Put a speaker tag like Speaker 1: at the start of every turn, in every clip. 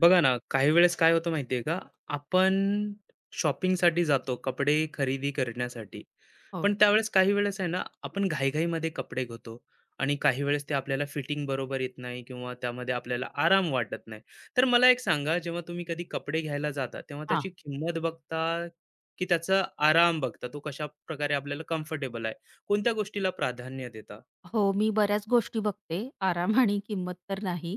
Speaker 1: बघा ना, काही वेळेस काय होतं माहिती का? आपण शॉपिंगसाठी जातो, कपडे खरेदी करण्यासाठी.
Speaker 2: हो.
Speaker 1: पण त्यावेळेस काही वेळेस आहे ना, आपण घाईघाईमध्ये कपडे घेतो आणि काही वेळेस ते आपल्याला फिटिंग बरोबर येत नाही किंवा त्यामध्ये आपल्याला आराम वाटत नाही. तर मला एक सांगा, जेव्हा तुम्ही कधी कपडे घ्यायला जाता, तेव्हा
Speaker 2: हां.
Speaker 1: त्याची किंमत बघता की त्याचा आराम बघता? तो कशाप्रकारे आपल्याला कम्फर्टेबल आहे? कोणत्या गोष्टीला प्राधान्य देता?
Speaker 2: हो, मी बऱ्याच गोष्टी बघते. आराम आणि किंमत तर नाही.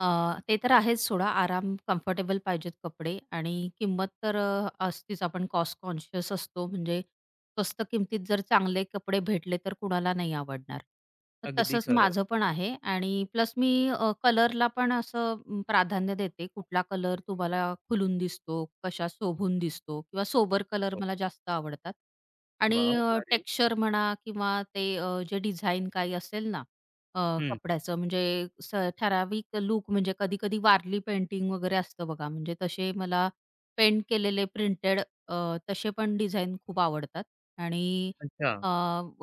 Speaker 2: अ, ते तर आहेच सोडा. आराम, कम्फर्टेबल पाहिजेत कपडे आणि किंमत तर असतीच. आपण कॉस्ट कॉन्शियस असतो म्हणजे स्वस्त किमतीत जर चांगले कपडे भेटले तर कुणाला नाही आवडणार. तर
Speaker 1: अगदी
Speaker 2: तसंच
Speaker 1: खरं.
Speaker 2: माझं पण आहे आणि प्लस मी कलरला पण असं प्राधान्य देते. कुठला कलर तुम्हाला खुलून दिसतो, कशा शोभून दिसतो किंवा सोबर कलर
Speaker 1: हो.
Speaker 2: मला जास्त आवडतात. आणि
Speaker 1: भारी.
Speaker 2: टेक्स्चर म्हणा किंवा ते जे डिझाईन काही असेल ना अ,
Speaker 1: हं.
Speaker 2: कपड्याचं म्हणजे ठराविक लूक म्हणजे कधी-कधी वारली पेंटिंग वगैरे असतं बघा म्हणजे तसे मला पेंट केलेले प्रिंटेड, तसे पण डिझाईन खूप आवडतात. आणि
Speaker 1: अच्छा.
Speaker 2: अ,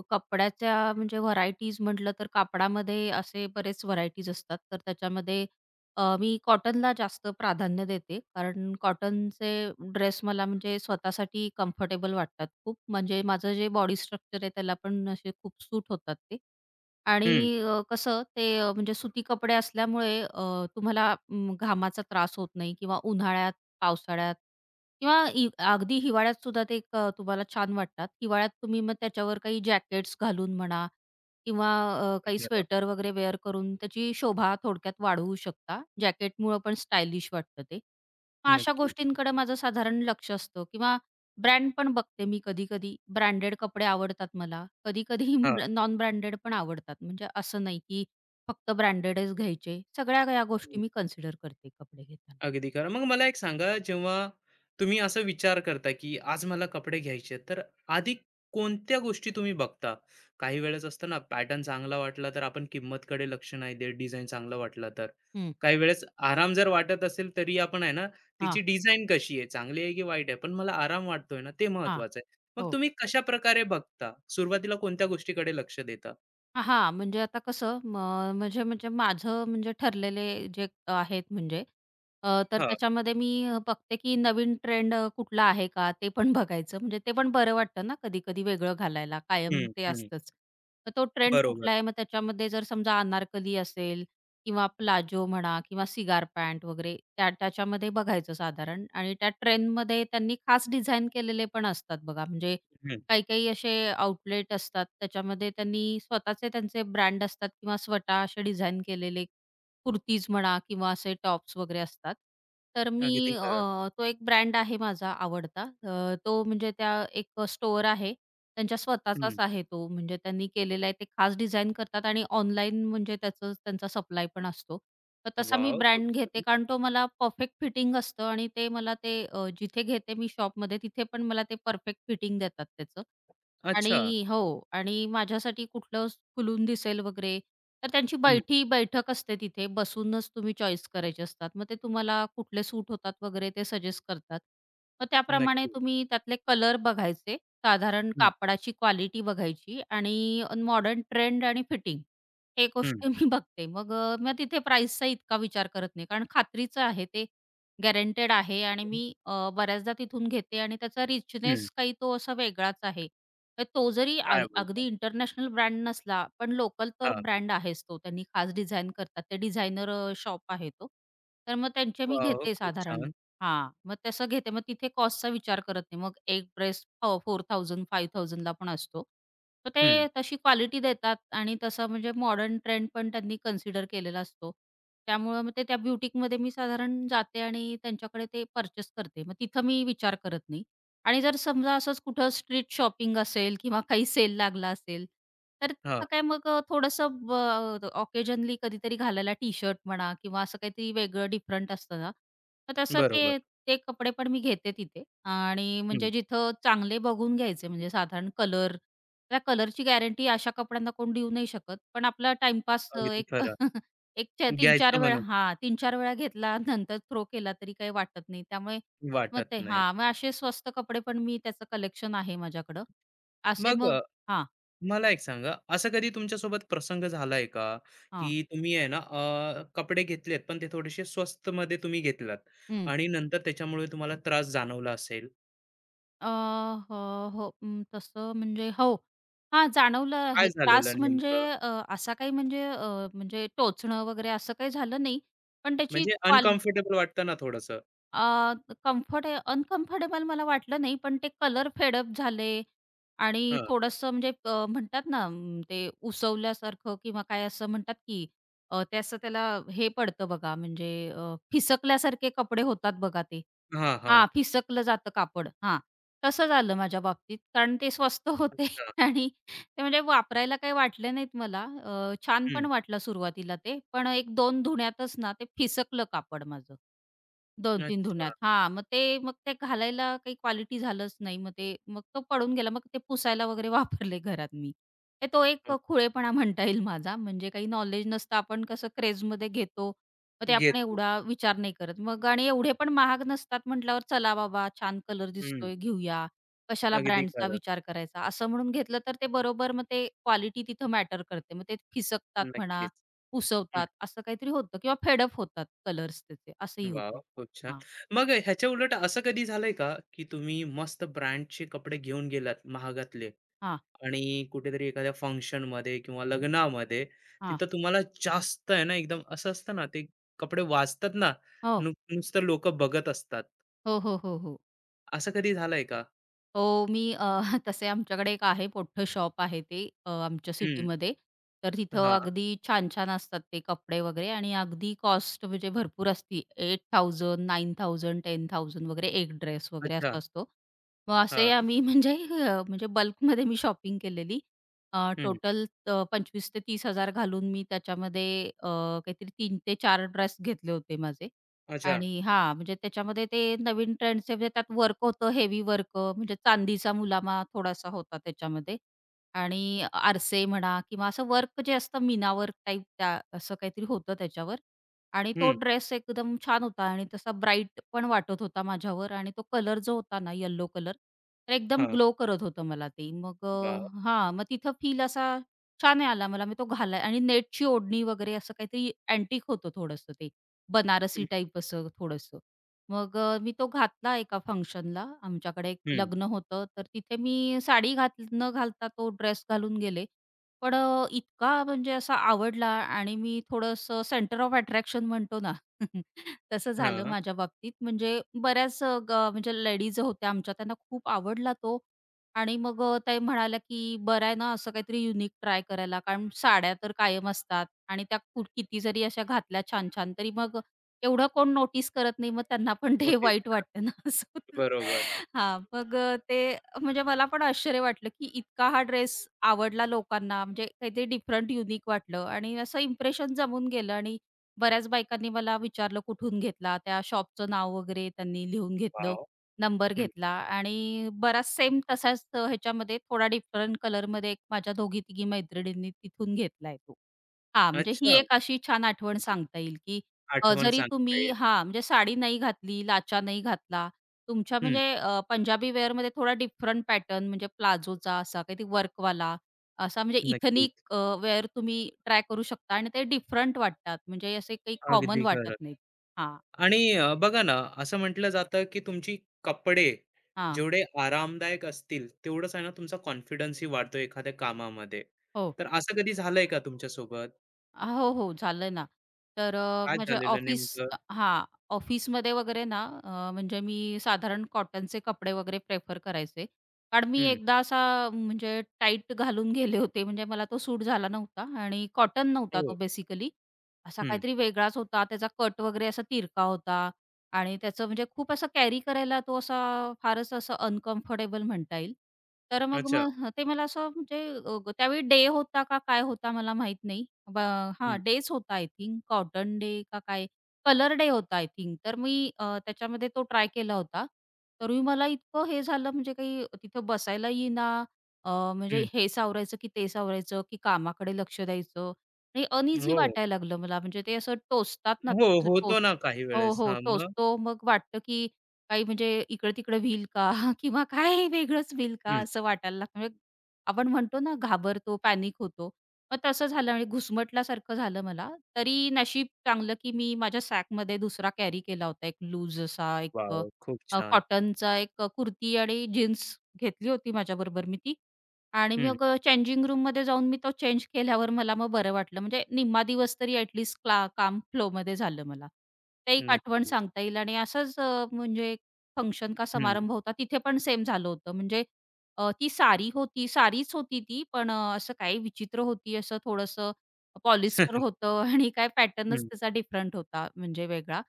Speaker 2: कपड्याच्या म्हणजे व्हरायटीज म्हटलं तर कापडामध्ये असे बरेच व्हरायटीज असतात. तर त्याच्यामध्ये मी कॉटनला जास्त प्राधान्य देते. कारण कॉटनचे ड्रेस मला म्हणजे स्वतःसाठी कम्फर्टेबल वाटतात खूप. म्हणजे माझं जे बॉडी स्ट्रक्चर आहे त्याला पण असे खूप सूट होतात ते. आणि
Speaker 1: हं.
Speaker 2: कसं ते म्हणजे सुती कपडे असल्यामुळे तुम्हाला घामाचा त्रास होत नाही किंवा उन्हाळ्यात, पावसाळ्यात किंवा अगदी हिवाळ्यात सुद्धा ते तुम्हाला छान वाटतात. हिवाळ्यात तुम्ही मग त्याच्यावर काही जॅकेट्स घालून म्हणा किंवा
Speaker 1: ते
Speaker 2: काही
Speaker 1: खरं.
Speaker 2: स्वेटर वगैरे वेअर करून त्याची शोभा थोडक्यात वाढवू शकता. जॅकेटमुळं पण स्टायलिश वाटतं ते. मग अशा
Speaker 1: नक्की.
Speaker 2: गोष्टींकडे माझं साधारण लक्ष असतं किंवा ब्रँड पण बघते मी कधी-कधी. ब्रँडेड कपडे आवडतात मला. कधी-कधी
Speaker 1: हां,
Speaker 2: नॉन ब्रँडेड पण आवडतात. म्हणजे असं नाही की फक्त ब्रँडेडच घ्यायचे. सगळ्या या गोष्टी मी कन्सिडर करते कपडे घेताना.
Speaker 1: अगदी खरं. मग मला एक सांगा, जेव्हा तुम्ही असा विचार करता, की आज मला कपडे घ्यायचे तर आधी कोणत्या गोष्टी तुम्ही बघता? काही वेळेस असतं ना, पॅटर्न चांगला वाटला तर आपण किंमतकडे लक्ष नाही देत, डिझाइन चांगला वाटला तर.
Speaker 2: हं.
Speaker 1: काही वेळेस आराम जर वाटत असेल, तरी आपण आहे ना,
Speaker 2: हां,
Speaker 1: तिची डिझाइन कशी आहे, चांगली आहे की वाईट आहे, पण मला आराम वाटतोय ना, ते
Speaker 2: हां.
Speaker 1: महत्त्वाचं आहे. मग
Speaker 2: हो.
Speaker 1: तुम्ही कशाप्रकारे बघता? सुरुवातीला कोणत्या गोष्टीकडे लक्ष देता?
Speaker 2: हां, म्हणजे आता कसं म म्हणजे म्हणजे माझं म्हणजे ठरलेले जे आहेत म्हणजे तर
Speaker 1: हां.
Speaker 2: त्याच्यामध्ये मी बघते की नवीन ट्रेंड कुठला आहे का ते पण बघायचं. म्हणजे ते पण बरं वाटतं ना कधी-कधी वेगळं घालायला. कायम
Speaker 1: हं,
Speaker 2: ते
Speaker 1: हं.
Speaker 2: असतंच. तर तो ट्रेंड
Speaker 1: बरोबर.
Speaker 2: कुठला आहे मग त्याच्यामध्ये जर समजा अनारकली असेल किंवा प्लाझो म्हणा किंवा सिगार पॅन्ट वगैरे त्याच्यामध्ये बघायचं साधारण आणि त्या ट्रेंडमध्ये त्यांनी खास डिझाइन केलेले पण असतात बघा. म्हणजे
Speaker 1: हं,
Speaker 2: काही-काही असे आउटलेट असतात, त्याच्यामध्ये त्यांनी स्वतःचे त्यांचे ब्रँड असतात किंवा स्वतः असे डिझाइन केलेले कुर्तीज म्हणा किंवा असे टॉप्स वगैरे असतात. तर
Speaker 1: अगदी
Speaker 2: मी
Speaker 1: खरं.
Speaker 2: तो एक ब्रँड आहे माझा आवडता. तो म्हणजे त्या एक स्टोअर आहे. त्यांच्या स्वतःचाच
Speaker 1: हं,
Speaker 2: आहे तो. म्हणजे त्यांनी केलेला आहे. ते खास डिझाइन करतात आणि ऑनलाईन म्हणजे त्यांचा सप्लाय पण असतो. तर तसा मी
Speaker 1: वॉव! खूप
Speaker 2: ब्रँड घेते
Speaker 1: छान.
Speaker 2: कारण तो मला परफेक्ट फिटिंग असतं आणि ते मला ते जिथे घेते मी शॉपमध्ये तिथे पण मला ते परफेक्ट फिटिंग देतात त्याचं.
Speaker 1: अच्छा.
Speaker 2: आणि हो, आणि माझ्यासाठी कुठलं खुलून दिसेल वगैरे तर त्यांची
Speaker 1: हं.
Speaker 2: बैठी बैठक असते तिथे बसूनच तुम्ही चॉईस करायचे असतात. मग ते तुम्हाला कुठले सूट होतात वगैरे ते सजेस्ट करतात. मग त्याप्रमाणे
Speaker 1: नक्की.
Speaker 2: तुम्ही त्यातले कलर बघायचे, साधारण
Speaker 1: हं,
Speaker 2: कापडाची क्वालिटी बघायची आणि मॉडर्न ट्रेंड आणि फिटिंग हे
Speaker 1: हं,
Speaker 2: गोष्ट मी बघते. मग तिथे प्राईसचा इतका विचार करत नाही. कारण खात्रीचं आहे ते गॅरंटेड आहे आणि मी बऱ्याचदा तिथून घेते आणि त्याचा
Speaker 1: हं.
Speaker 2: रिचनेस काही तो असा वेगळाच आहे. तर तो जरी
Speaker 1: काय बोलताय?
Speaker 2: अगदी इंटरनॅशनल ब्रँड नसला, पण लोकल तर
Speaker 1: हां.
Speaker 2: ब्रँड आहेच तो. त्यांनी खास डिझाइन करतात. ते डिझायनर शॉप आहे तो. तर मग त्यांचे मी
Speaker 1: वॉव!
Speaker 2: घेते
Speaker 1: खूप
Speaker 2: साधारण.
Speaker 1: छान.
Speaker 2: हां, मग तसं घेते. मग तिथे कॉस्टचा विचार करत नाही. मग एक ड्रेस 4,000-5,000 ला पण असतो. तर ते
Speaker 1: हं.
Speaker 2: तशी क्वालिटी देतात आणि तसं म्हणजे मॉडर्न ट्रेंड पण त्यांनी कन्सिडर केलेला असतो. त्यामुळं मग ते त्या ब्युटीकमध्ये मी साधारण जाते आणि त्यांच्याकडे ते पर्चेस करते. मग तिथं मी विचार करत नाही. आणि जर समजा असंच कुठं स्ट्रीट शॉपिंग असेल किंवा काही सेल लागला असेल, तर
Speaker 1: हां.
Speaker 2: तिथं काय मग थोडंसं ऑकेजनली कधीतरी घालायला टी-शर्ट म्हणा किंवा असं काहीतरी वेगळं डिफरंट असतं ना, तर तसं
Speaker 1: बरोबर.
Speaker 2: ते ते कपडे पण मी घेते तिथे आणि
Speaker 1: हं.
Speaker 2: म्हणजे जिथं चांगले बघून घ्यायचे म्हणजे साधारण कलर, त्या कलरची गॅरंटी अशा कपड्यांना कोण देऊ नाही शकत. पण आपला टाईमपास
Speaker 1: अगदी
Speaker 2: एक
Speaker 1: खरं.
Speaker 2: एक 4 3-4
Speaker 1: घ्यायचं
Speaker 2: वेळा
Speaker 1: म्हणून
Speaker 2: 3-4 वेळा घेतला नंतर थ्रो केला तरी काही वाटत नाही. त्यामुळे मग
Speaker 1: वाटत
Speaker 2: ते
Speaker 1: नाही.
Speaker 2: हां, मग असे स्वस्त कपडे पण मी त्याचं कलेक्शन आहे माझ्याकडं. असे
Speaker 1: मग
Speaker 2: मग हां,
Speaker 1: मला एक सांगा, असा कधी तुमच्यासोबत प्रसंग झालाय का,
Speaker 2: हां.
Speaker 1: की तुम्ही आहे ना कपडे घेतलेत, पण ते थोडेसे स्वस्तमध्ये तुम्ही घेतलात
Speaker 2: हं.
Speaker 1: आणि नंतर त्याच्यामुळे तुम्हाला त्रास जाणवला असेल?
Speaker 2: अ, हो, हो. अं, तसं म्हणजे हो. हां, जाणवलं
Speaker 1: काय
Speaker 2: आहे. त्रास
Speaker 1: झालेलं
Speaker 2: म्हणजे
Speaker 1: नेमकं?
Speaker 2: अ, असा काही म्हणजे अ, म्हणजे टोचणं वगैरे असं काही झालं नाही. पण
Speaker 1: म्हणजे अनकम्फर्टेबल वाटतं ना थोडंसं?
Speaker 2: अ, कम्फर्ट अनकम्फर्टेबल मला वाटलं नाही, पण ते कलर फेडअप झाले आणि
Speaker 1: हां.
Speaker 2: थोडंसं म्हणजे म्हणतात ना ते उसवल्यासारखं किंवा काय असं म्हणतात की ते असं त्याला हे पडतं बघा म्हणजे फिसकल्यासारखे कपडे होतात बघा ते.
Speaker 1: हां,
Speaker 2: हां,
Speaker 1: हां.
Speaker 2: फिसकलं जातं कापड. हां, तसं झालं माझ्या बाबतीत. कारण ते स्वस्त होते
Speaker 1: अच्छा.
Speaker 2: आणि ते म्हणजे वापरायला काही वाटले नाहीत मला. छान पण
Speaker 1: हं.
Speaker 2: वाटलं सुरुवातीला ते. पण 1-2 धुण्यातच ना ते फिसकलं कापड माझं. दोन तीन धुण्यात.
Speaker 1: अच्छा.
Speaker 2: हां, मग ते घालायला काही क्वालिटी झालंच नाही. मग तो पडून गेला. मग ते पुसायला वगैरे वापरले घरात मी. तर तो एक खुळेपणा म्हणता येईल माझा. म्हणजे काही नॉलेज नसतं आपण कसं क्रेजमध्ये घेतो मग ते आपण
Speaker 1: घेतो.
Speaker 2: एवढा विचार नाही करत. मग आणि एवढे पण महाग नसतात म्हटल्यावर चला बाबा छान कलर
Speaker 1: हं.
Speaker 2: दिसतोय घेऊया. कशाला
Speaker 1: अगदी
Speaker 2: ब्रँडचा
Speaker 1: खरं.
Speaker 2: विचार करायचा. असं म्हणून घेतलं तर ते बरोबर मग ते क्वालिटी तिथं मॅटर करते. मग ते फिसकतात म्हणा,
Speaker 1: नक्कीच. हं.
Speaker 2: पुसवतात असं काहीतरी होतं किंवा फेड होतात कलर्स त्याचे असंही
Speaker 1: वॉव!
Speaker 2: होतं.
Speaker 1: खूप छान.
Speaker 2: हां,
Speaker 1: मग ह्याच्या उलट असं कधी झालंय का, की तुम्ही मस्त ब्रँडचे कपडे घेऊन गेलात महागातले
Speaker 2: हां,
Speaker 1: आणि कुठेतरी एखाद्या फंक्शनमध्ये किंवा लग्नामध्ये
Speaker 2: हां.
Speaker 1: तिथं तुम्हाला जास्त आहे ना, एकदम असं असतं ना, ते कपडे वाजतात ना,
Speaker 2: हो.
Speaker 1: नुसतं लोकं बघत असतात.
Speaker 2: हो, हो, हो, हो.
Speaker 1: असं कधी झालंय का?
Speaker 2: हो, मी तसे आमच्याकडे एक आहे मोठं शॉप आहे ते आमच्या
Speaker 1: हं.
Speaker 2: सिटीमध्ये. तर तिथं
Speaker 1: हां.
Speaker 2: अगदी छान-छान असतात ते कपडे वगैरे आणि अगदी कॉस्ट म्हणजे भरपूर असती. 8,000, 9,000, 10,000 वगैरे एक ड्रेस वगैरे
Speaker 1: अच्छा.
Speaker 2: असा असतो. मग असे
Speaker 1: हां.
Speaker 2: आम्ही म्हणजे बल्कमध्ये मी शॉपिंग केलेली.
Speaker 1: हं.
Speaker 2: टोटल 25,000 ते 30,000 घालून मी त्याच्यामध्ये अ, काहीतरी 3 ते 4 ड्रेस घेतले होते माझे.
Speaker 1: अच्छा.
Speaker 2: आणि हां, म्हणजे त्याच्यामध्ये ते नवीन ट्रेंड्सचे म्हणजे त्यात वर्क होतं, हेवी वर्क म्हणजे चांदीचा मुलामा थोडासा होता त्याच्यामध्ये आणि आरसे म्हणा किंवा असं वर्क जे असतं मीना वर्क टाईप त्या असं काहीतरी होतं त्याच्यावर आणि तो
Speaker 1: हं.
Speaker 2: ड्रेस एकदम छान होता आणि तसा ब्राईट पण वाटत होता माझ्यावर आणि तो कलर जो होता ना येलो कलर, तर एकदम
Speaker 1: हां.
Speaker 2: ग्लो करत होतं मला ते. मग
Speaker 1: वॉव!
Speaker 2: हां, मग तिथं फील असा छान आला मला. मी तो घाला आणि नेटची ओढणी वगैरे असं काहीतरी अँटिक होतं थोडंसं ते. बनारसी
Speaker 1: हं.
Speaker 2: टाईप असं थोडंसं. मग मी तो घातला एका फंक्शनला. आमच्याकडे एक
Speaker 1: हं.
Speaker 2: लग्न होतं, तर तिथे मी साडी घात न घालता तो ड्रेस घालून गेले. पण इतका म्हणजे असा आवडला आणि मी थोडंसं सेंटर ऑफ अट्रॅक्शन म्हणतो ना, तसं झालं
Speaker 1: हां.
Speaker 2: माझ्या बाबतीत. म्हणजे बऱ्याच अ, ग म्हणजे लेडीज होत्या आमच्या, त्यांना खूप आवडला तो आणि मग त्या म्हणाल्या, की "बरं आहे ना, असं काहीतरी युनिक ट्राय करायला." कारण साड्या तर कायम असतात आणि त्या किती जरी अशा घातल्या छान-छान, तरी मग एवढं कोण नोटीस करत नाही, मग त्यांना पण ते
Speaker 1: नोटीस
Speaker 2: वाईट
Speaker 1: करा.
Speaker 2: वाटतं ना असं होतं.
Speaker 1: बरोबर.
Speaker 2: हां, मग अ, ते म्हणजे मला पण आश्चर्य वाटलं, की इतका हा ड्रेस आवडला लोकांना म्हणजे काहीतरी डिफरंट युनिक वाटलं आणि असं इम्प्रेशन जमून गेलं आणि बऱ्याच बायकांनी मला विचारलं कुठून घेतला, त्या शॉपचं नाव वगैरे त्यांनी लिहून घेतलं,
Speaker 1: वॉव!
Speaker 2: नंबर
Speaker 1: हं.
Speaker 2: घेतला आणि बराच सेम तसाच ह्याच्यामध्ये थोडा डिफरंट कलरमध्ये एक माझ्या दोघी-तिघी मैत्रिणींनी तिथून घेतलाय तो. हां, म्हणजे ही
Speaker 1: अच्छा.
Speaker 2: एक अशी छान आठवण सांगता येईल, की
Speaker 1: आठवण
Speaker 2: जरी
Speaker 1: सांगता येईल.
Speaker 2: तुम्ही हां, म्हणजे साडी नाही घातली, लाचा नाही घातला, तुमच्या
Speaker 1: हं.
Speaker 2: म्हणजे पंजाबी वेअरमध्ये थोडा डिफरंट पॅटर्न म्हणजे प्लाझोचा असा काही वर्कवाला असा म्हणजे
Speaker 1: नक्कीच.
Speaker 2: इथनिक वेअर तुम्ही ट्राय करू शकता आणि ते डिफरंट वाटतात म्हणजे असे काही कॉमन
Speaker 1: अगदी
Speaker 2: वाटत
Speaker 1: खरं.
Speaker 2: नाहीत. हां,
Speaker 1: आणि बघा ना, असं म्हटलं जातं, की तुमची कपडे
Speaker 2: हां.
Speaker 1: जेवढे आरामदायक असतील, तेवढंच आहे ना तुमचा कॉन्फिडन्सही वाढतो एखाद्या कामामध्ये.
Speaker 2: हो.
Speaker 1: तर असं कधी झालंय का तुमच्यासोबत?
Speaker 2: हो, हो, झालं ना. तर अ,
Speaker 1: काय
Speaker 2: म्हणजे
Speaker 1: झालेलं
Speaker 2: ऑफिस
Speaker 1: नेमकं?
Speaker 2: अ, हां, ऑफिसमध्ये वगैरे ना म्हणजे मी साधारण कॉटनचे कपडे वगैरे प्रेफर करायचे. कारण मी
Speaker 1: हं.
Speaker 2: एकदा असा म्हणजे टाईट घालून गेले होते, म्हणजे मला तो सूट झाला नव्हता आणि कॉटन नव्हता तो
Speaker 1: हो.
Speaker 2: बेसिकली. असा
Speaker 1: हं.
Speaker 2: काहीतरी वेगळाच होता, त्याचा कट वगैरे असा तिरका होता आणि त्याचं म्हणजे खूप असं कॅरी करायला तो असा फारच असं अनकम्फर्टेबल म्हणता येईल. तर मग
Speaker 1: अच्छा.
Speaker 2: मग ते मला असं म्हणजे त्यावेळी डे होता का काय होता मला माहीत नाही. ब हां,
Speaker 1: हं.
Speaker 2: डेज होता आय थिंक कॉटन डे का काय? कलर डे होता आय थिंक. तर मी त्याच्यामध्ये तो ट्राय केला होता. तरी मला इतकं हे झालं म्हणजे काही तिथं बसायला येईना. अ, म्हणजे
Speaker 1: हं.
Speaker 2: हे सावरायचं की ते सावरायचं की कामाकडे लक्ष द्यायचं आणि अनइझी
Speaker 1: हो.
Speaker 2: वाटायला लागलं मला. म्हणजे ते असं टोचतात ना,
Speaker 1: हो,
Speaker 2: ते असं टोच
Speaker 1: होतो ना काही
Speaker 2: हो,
Speaker 1: वेळेस.
Speaker 2: हो.
Speaker 1: हां, मग?
Speaker 2: टोचतो मग वाटतं की काही म्हणजे इकडं-तिकडं व्हील का? किंवा काय वेगळंच व्हील का?
Speaker 1: हं.
Speaker 2: असं वाटायला लागतं. म्हणजे आपण म्हणतो ना घाबरतो, पॅनिक होतो. मग तसं झालं आणि घुसमटल्यासारखं झालं मला. तरी नशीब चांगलं, की मी माझ्या सॅकमध्ये दुसरा कॅरी केला होता. एक लूज असा
Speaker 1: वॉव! खूप छान.
Speaker 2: कॉटनचा एक कुर्ती आणि जीन्स घेतली होती माझ्याबरोबर मी ती. आणि
Speaker 1: हं.
Speaker 2: मग चेंजिंग रूममध्ये जाऊन मी तो चेंज केल्यावर मला मग बरं वाटलं. म्हणजे निम्मा दिवस तरी ॲटलीस्ट काम फ्लोमध्ये झालं मला. ते एक आठवण
Speaker 1: नक्कीच.
Speaker 2: सांगता येईल आणि असंच अ, म्हणजे फंक्शन का
Speaker 1: हं.
Speaker 2: समारंभ होता. तिथे पण सेम झालं होतं. म्हणजे ती साडी होती, साडीच होती ती, पण असं काही विचित्र होती, असं थोडंसं पॉलिस्टर होतं आणि काय पॅटर्नच
Speaker 1: हं.
Speaker 2: त्याचा डिफरंट होता, म्हणजे वेगळा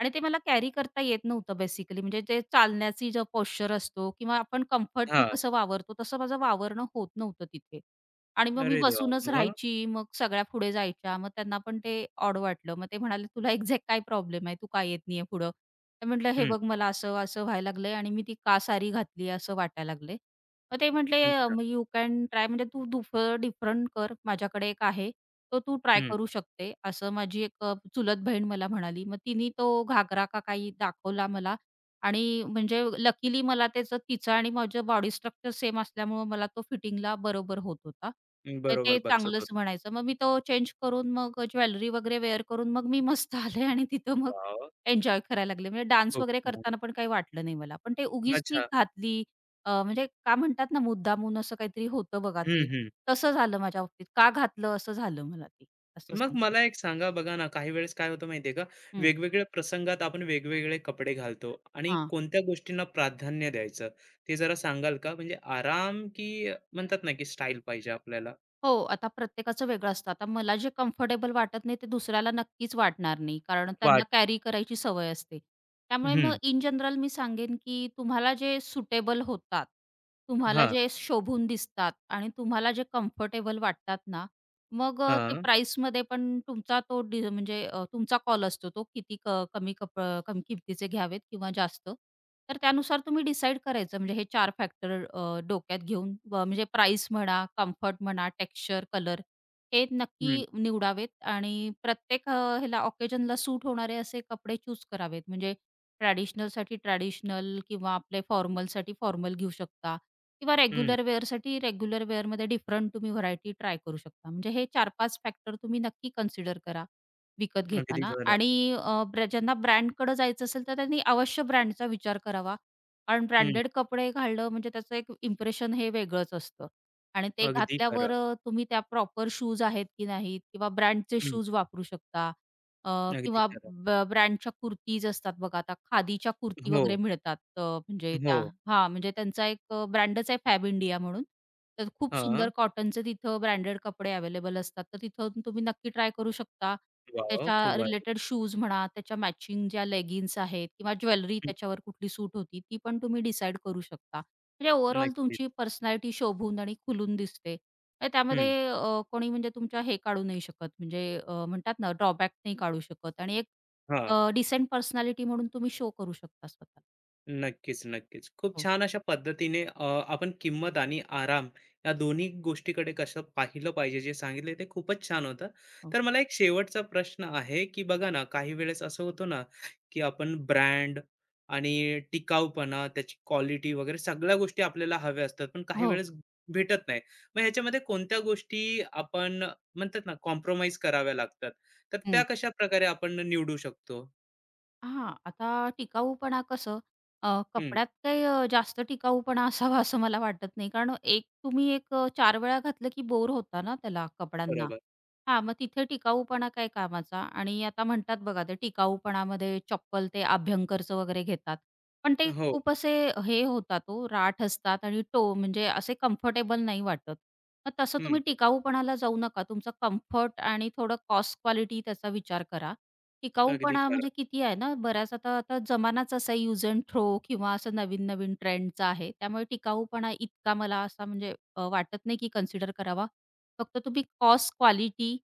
Speaker 2: आणि ते मला कॅरी करता येत नव्हतं बेसिकली. म्हणजे ते चालण्याची जो पोश्चर असतो किंवा आपण कम्फर्टनी
Speaker 1: हां.
Speaker 2: कसं वावरतो, तसं माझं वावरणं होत नव्हतं तिथे आणि मग मी
Speaker 1: अरे देवा!
Speaker 2: बसूनच
Speaker 1: मग?
Speaker 2: राहायची, मग सगळ्या पुढे जायच्या. मग त्यांना पण ते ऑड वाटलं. मग ते म्हणाले, "तुला एक्झॅक्ट काय प्रॉब्लेम आहे? तू का येत नाहीये पुढं?" तर म्हटलं, "हे
Speaker 1: हं.
Speaker 2: बघ, मला असं-असं व्हायला लागलंय आणि मी ती का साडी घातली असं वाटायला लागलंय." मग ते म्हटले
Speaker 1: हं.
Speaker 2: यू कॅन ट्राय म्हणजे तू डुफ डिफरंट कर. माझ्याकडे एक आहे, तो तू ट्राय
Speaker 1: हं,
Speaker 2: करू शकते. असं माझी एक चुलत बहीण मला म्हणाली. मग तिने तो घागरा का काही दाखवला मला आणि म्हणजे लकीली मला त्याचं तिचं आणि माझं बॉडी स्ट्रक्चर सेम असल्यामुळं मला तो फिटिंगला बरोबर होत होता. तर
Speaker 1: बरोबर
Speaker 2: ते
Speaker 1: बसत
Speaker 2: चांगलंच
Speaker 1: होतो.
Speaker 2: म्हणायचं. मग मी तो चेंज करून मग ज्वेलरी वगैरे वेअर करून मग मी मस्त आले आणि तिथं मग
Speaker 1: वॉव!
Speaker 2: एन्जॉय करायला लागले. म्हणजे डान्स
Speaker 1: खूप
Speaker 2: वगैरे
Speaker 1: छान.
Speaker 2: करताना पण काही वाटलं नाही मला. पण ते उगीच ती
Speaker 1: अच्छा.
Speaker 2: घातली म्हणजे का म्हणतात ना मुद्दामून असं काहीतरी होतं बघा
Speaker 1: हं,
Speaker 2: ते.
Speaker 1: हं.
Speaker 2: तसं झालं माझ्या बाबतीत. का घातलं असं झालं मला ते, असं
Speaker 1: मग
Speaker 2: सांगते.
Speaker 1: मला एक सांगा बघा ना, काही वेळेस काय होतं माहिती आहे का,
Speaker 2: हं.
Speaker 1: वेगवेगळ्या प्रसंगात आपण वेगवेगळे कपडे घालतो आणि
Speaker 2: हां.
Speaker 1: कोणत्या गोष्टींना प्राधान्य द्यायचं, ते जरा सांगाल का? म्हणजे आराम की म्हणतात ना, की स्टाईल पाहिजे आपल्याला?
Speaker 2: हो, आता प्रत्येकाचं वेगळं असतं. आता मला जे कम्फर्टेबल वाटत नाही ते दुसऱ्याला नक्कीच वाटणार नाही. कारण त्यांना
Speaker 1: वाट
Speaker 2: कॅरी करायची सवय असते. त्यामुळे मग
Speaker 1: हं.
Speaker 2: इन जनरल मी सांगेन, की तुम्हाला जे सुटेबल होतात, तुम्हाला
Speaker 1: हां,
Speaker 2: जे शोभून दिसतात आणि तुम्हाला जे कम्फर्टेबल वाटतात ना, मग ते
Speaker 1: हां.
Speaker 2: प्राईसमध्ये पण तुमचा तो डि म्हणजे तुमचा कॉल असतो तो किती क कमी कप अ, कमी किमतीचे घ्यावेत किंवा जास्त. तर त्यानुसार तुम्ही डिसाईड करायचं म्हणजे हे 4 फॅक्टर डोक्यात घेऊन म्हणजे प्राईस म्हणा, कम्फर्ट म्हणा, टेक्स्चर, कलर हे
Speaker 1: हं,
Speaker 2: नक्की निवडावेत आणि प्रत्येक ह्याला ऑकेजनला सूट होणारे असे कपडे चूज करावेत. म्हणजे ट्रॅडिशनलसाठी ट्रॅडिशनल किंवा आपले फॉर्मलसाठी फॉर्मल घेऊ शकता किंवा
Speaker 1: हं.
Speaker 2: रेग्युलर वेअरसाठी रेग्युलर वेअरमध्ये डिफरंट तुम्ही व्हरायटी ट्राय करू शकता. म्हणजे हे 4-5 फॅक्टर तुम्ही नक्की कन्सिडर करा विकत
Speaker 1: अगदी
Speaker 2: घेताना
Speaker 1: खरं.
Speaker 2: आणि अ, ब्र ज्यांना ब्रँडकडं जायचं असेल, तर त्यांनी अवश्य ब्रँडचा विचार करावा. कारण
Speaker 1: हं.
Speaker 2: ब्रँडेड कपडे घालणं म्हणजे त्याचं एक इम्प्रेशन हे वेगळंच असतं आणि ते
Speaker 1: अगदी
Speaker 2: घातल्यावर
Speaker 1: खरं.
Speaker 2: तुम्ही त्या प्रॉपर शूज आहेत की नाहीत किंवा ब्रँडचे
Speaker 1: हं.
Speaker 2: शूज वापरू शकता अ,
Speaker 1: अगदी
Speaker 2: किंवा
Speaker 1: खरं.
Speaker 2: ब ब्रँडच्या कुर्तीज असतात बघा आता खादीच्या कुर्ती
Speaker 1: हो,
Speaker 2: वगैरे मिळतात म्हणजे
Speaker 1: हो.
Speaker 2: त्या हां, म्हणजे त्यांचा एक ब्रँडच आहे फॅब इंडिया म्हणून. तर खूप सुंदर
Speaker 1: हां.
Speaker 2: कॉटनचे तिथं ब्रँडेड कपडे अवेलेबल असतात. तर तिथून तुम्ही नक्की ट्राय करू शकता.
Speaker 1: वॉव!
Speaker 2: त्याच्या
Speaker 1: खूप भारी.
Speaker 2: रिलेटेड शूज म्हणा, त्याच्या मॅचिंग ज्या लेगिन्स आहेत किंवा ज्वेलरी
Speaker 1: हं.
Speaker 2: त्याच्यावर कुठली सूट होती ती पण तुम्ही डिसाईड करू शकता. म्हणजे ओव्हरऑल
Speaker 1: नक्कीच.
Speaker 2: तुमची पर्सनॅलिटी शोभून आणि खुलून दिसते तर त्यामध्ये
Speaker 1: हं.
Speaker 2: कोणी म्हणजे तुमच्या हे काढू नाही शकत म्हणजे म्हणतात ना ड्रॉबॅक नाही काढू शकत आणि एक
Speaker 1: हां.
Speaker 2: डिसेंट पर्सनॅलिटी म्हणून तुम्ही शो करू शकता स्वतः.
Speaker 1: नक्कीच, नक्कीच. खूप
Speaker 2: हो,
Speaker 1: छान अशा पद्धतीने आपण किंमत आणि आराम या दोन्ही गोष्टीकडे कसं पाहिलं पाहिजे जे सांगितले ते खूपच छान होतं.
Speaker 2: हो.
Speaker 1: तर मला एक शेवटचा प्रश्न आहे, की बघा ना काही वेळेस असं होतं ना, की आपण ब्रँड आणि टिकाऊपणा, त्याची क्वालिटी वगैरे सगळ्या गोष्टी आपल्याला हव्या असतात, पण काही
Speaker 2: हो.
Speaker 1: वेळेस भेटत नाही. मग ह्याच्यामध्ये कोणत्या गोष्टी आपण म्हणतात ना कॉम्प्रोमाईज कराव्या लागतात. तर त्या कशाप्रकारे आपण निवडू शकतो?
Speaker 2: हां, आता टिकाऊपणा कसं
Speaker 1: हं,
Speaker 2: कपड्यात काही जास्त टिकाऊपणा असावा असं मला वाटत नाही. कारण एक तुम्ही एक 4 वेळा घातलं की बोर होता ना त्याला कपड्यांना.
Speaker 1: बरोबर.
Speaker 2: हां, मग तिथे टिकाऊपणा काय कामाचा आणि आता म्हणतात बघा ते टिकाऊपणामध्ये चप्पल ते अभ्यंकरचं वगैरे घेतात. पण ते
Speaker 1: हो.
Speaker 2: खूप असे हे होतात ओ, राठ असतात आणि टो म्हणजे असे कम्फर्टेबल नाही वाटत. मग तसं
Speaker 1: हं,
Speaker 2: तुम्ही टिकाऊपणाला जाऊ नका. तुमचा कम्फर्ट आणि थोडं कॉस्ट क्वालिटी त्याचा विचार करा.
Speaker 1: अगदी
Speaker 2: टिकाऊपणा
Speaker 1: खरं.
Speaker 2: म्हणजे किती आहे ना, बराच आता आता जमानाच असा यूज अँड थ्रो किंवा असं नवीन-नवीन ट्रेंडचा आहे. त्यामुळे टिकाऊपणा इतका मला असा म्हणजे वाटत नाही की कन्सिडर करावा. फक्त तुम्ही कॉस्ट, क्वालिटी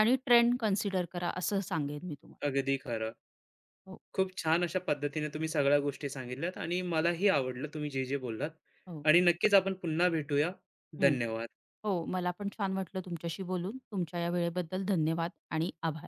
Speaker 2: आणि ट्रेंड कन्सिडर करा असं सांगेन मी तुम्हाला.
Speaker 1: अगदी खरं.
Speaker 2: हो,
Speaker 1: खूप छान अशा पद्धतीने तुम्ही सगळ्या गोष्टी सांगितल्यात आणि मलाही आवडलं तुम्ही जे जे बोललात
Speaker 2: हो.
Speaker 1: आणि नक्कीच आपण पुन्हा भेटूया.
Speaker 2: हं.
Speaker 1: धन्यवाद.
Speaker 2: हो, मला पण छान वाटलं तुमच्याशी बोलून. तुमच्या या वेळेबद्दल धन्यवाद आणि आभार.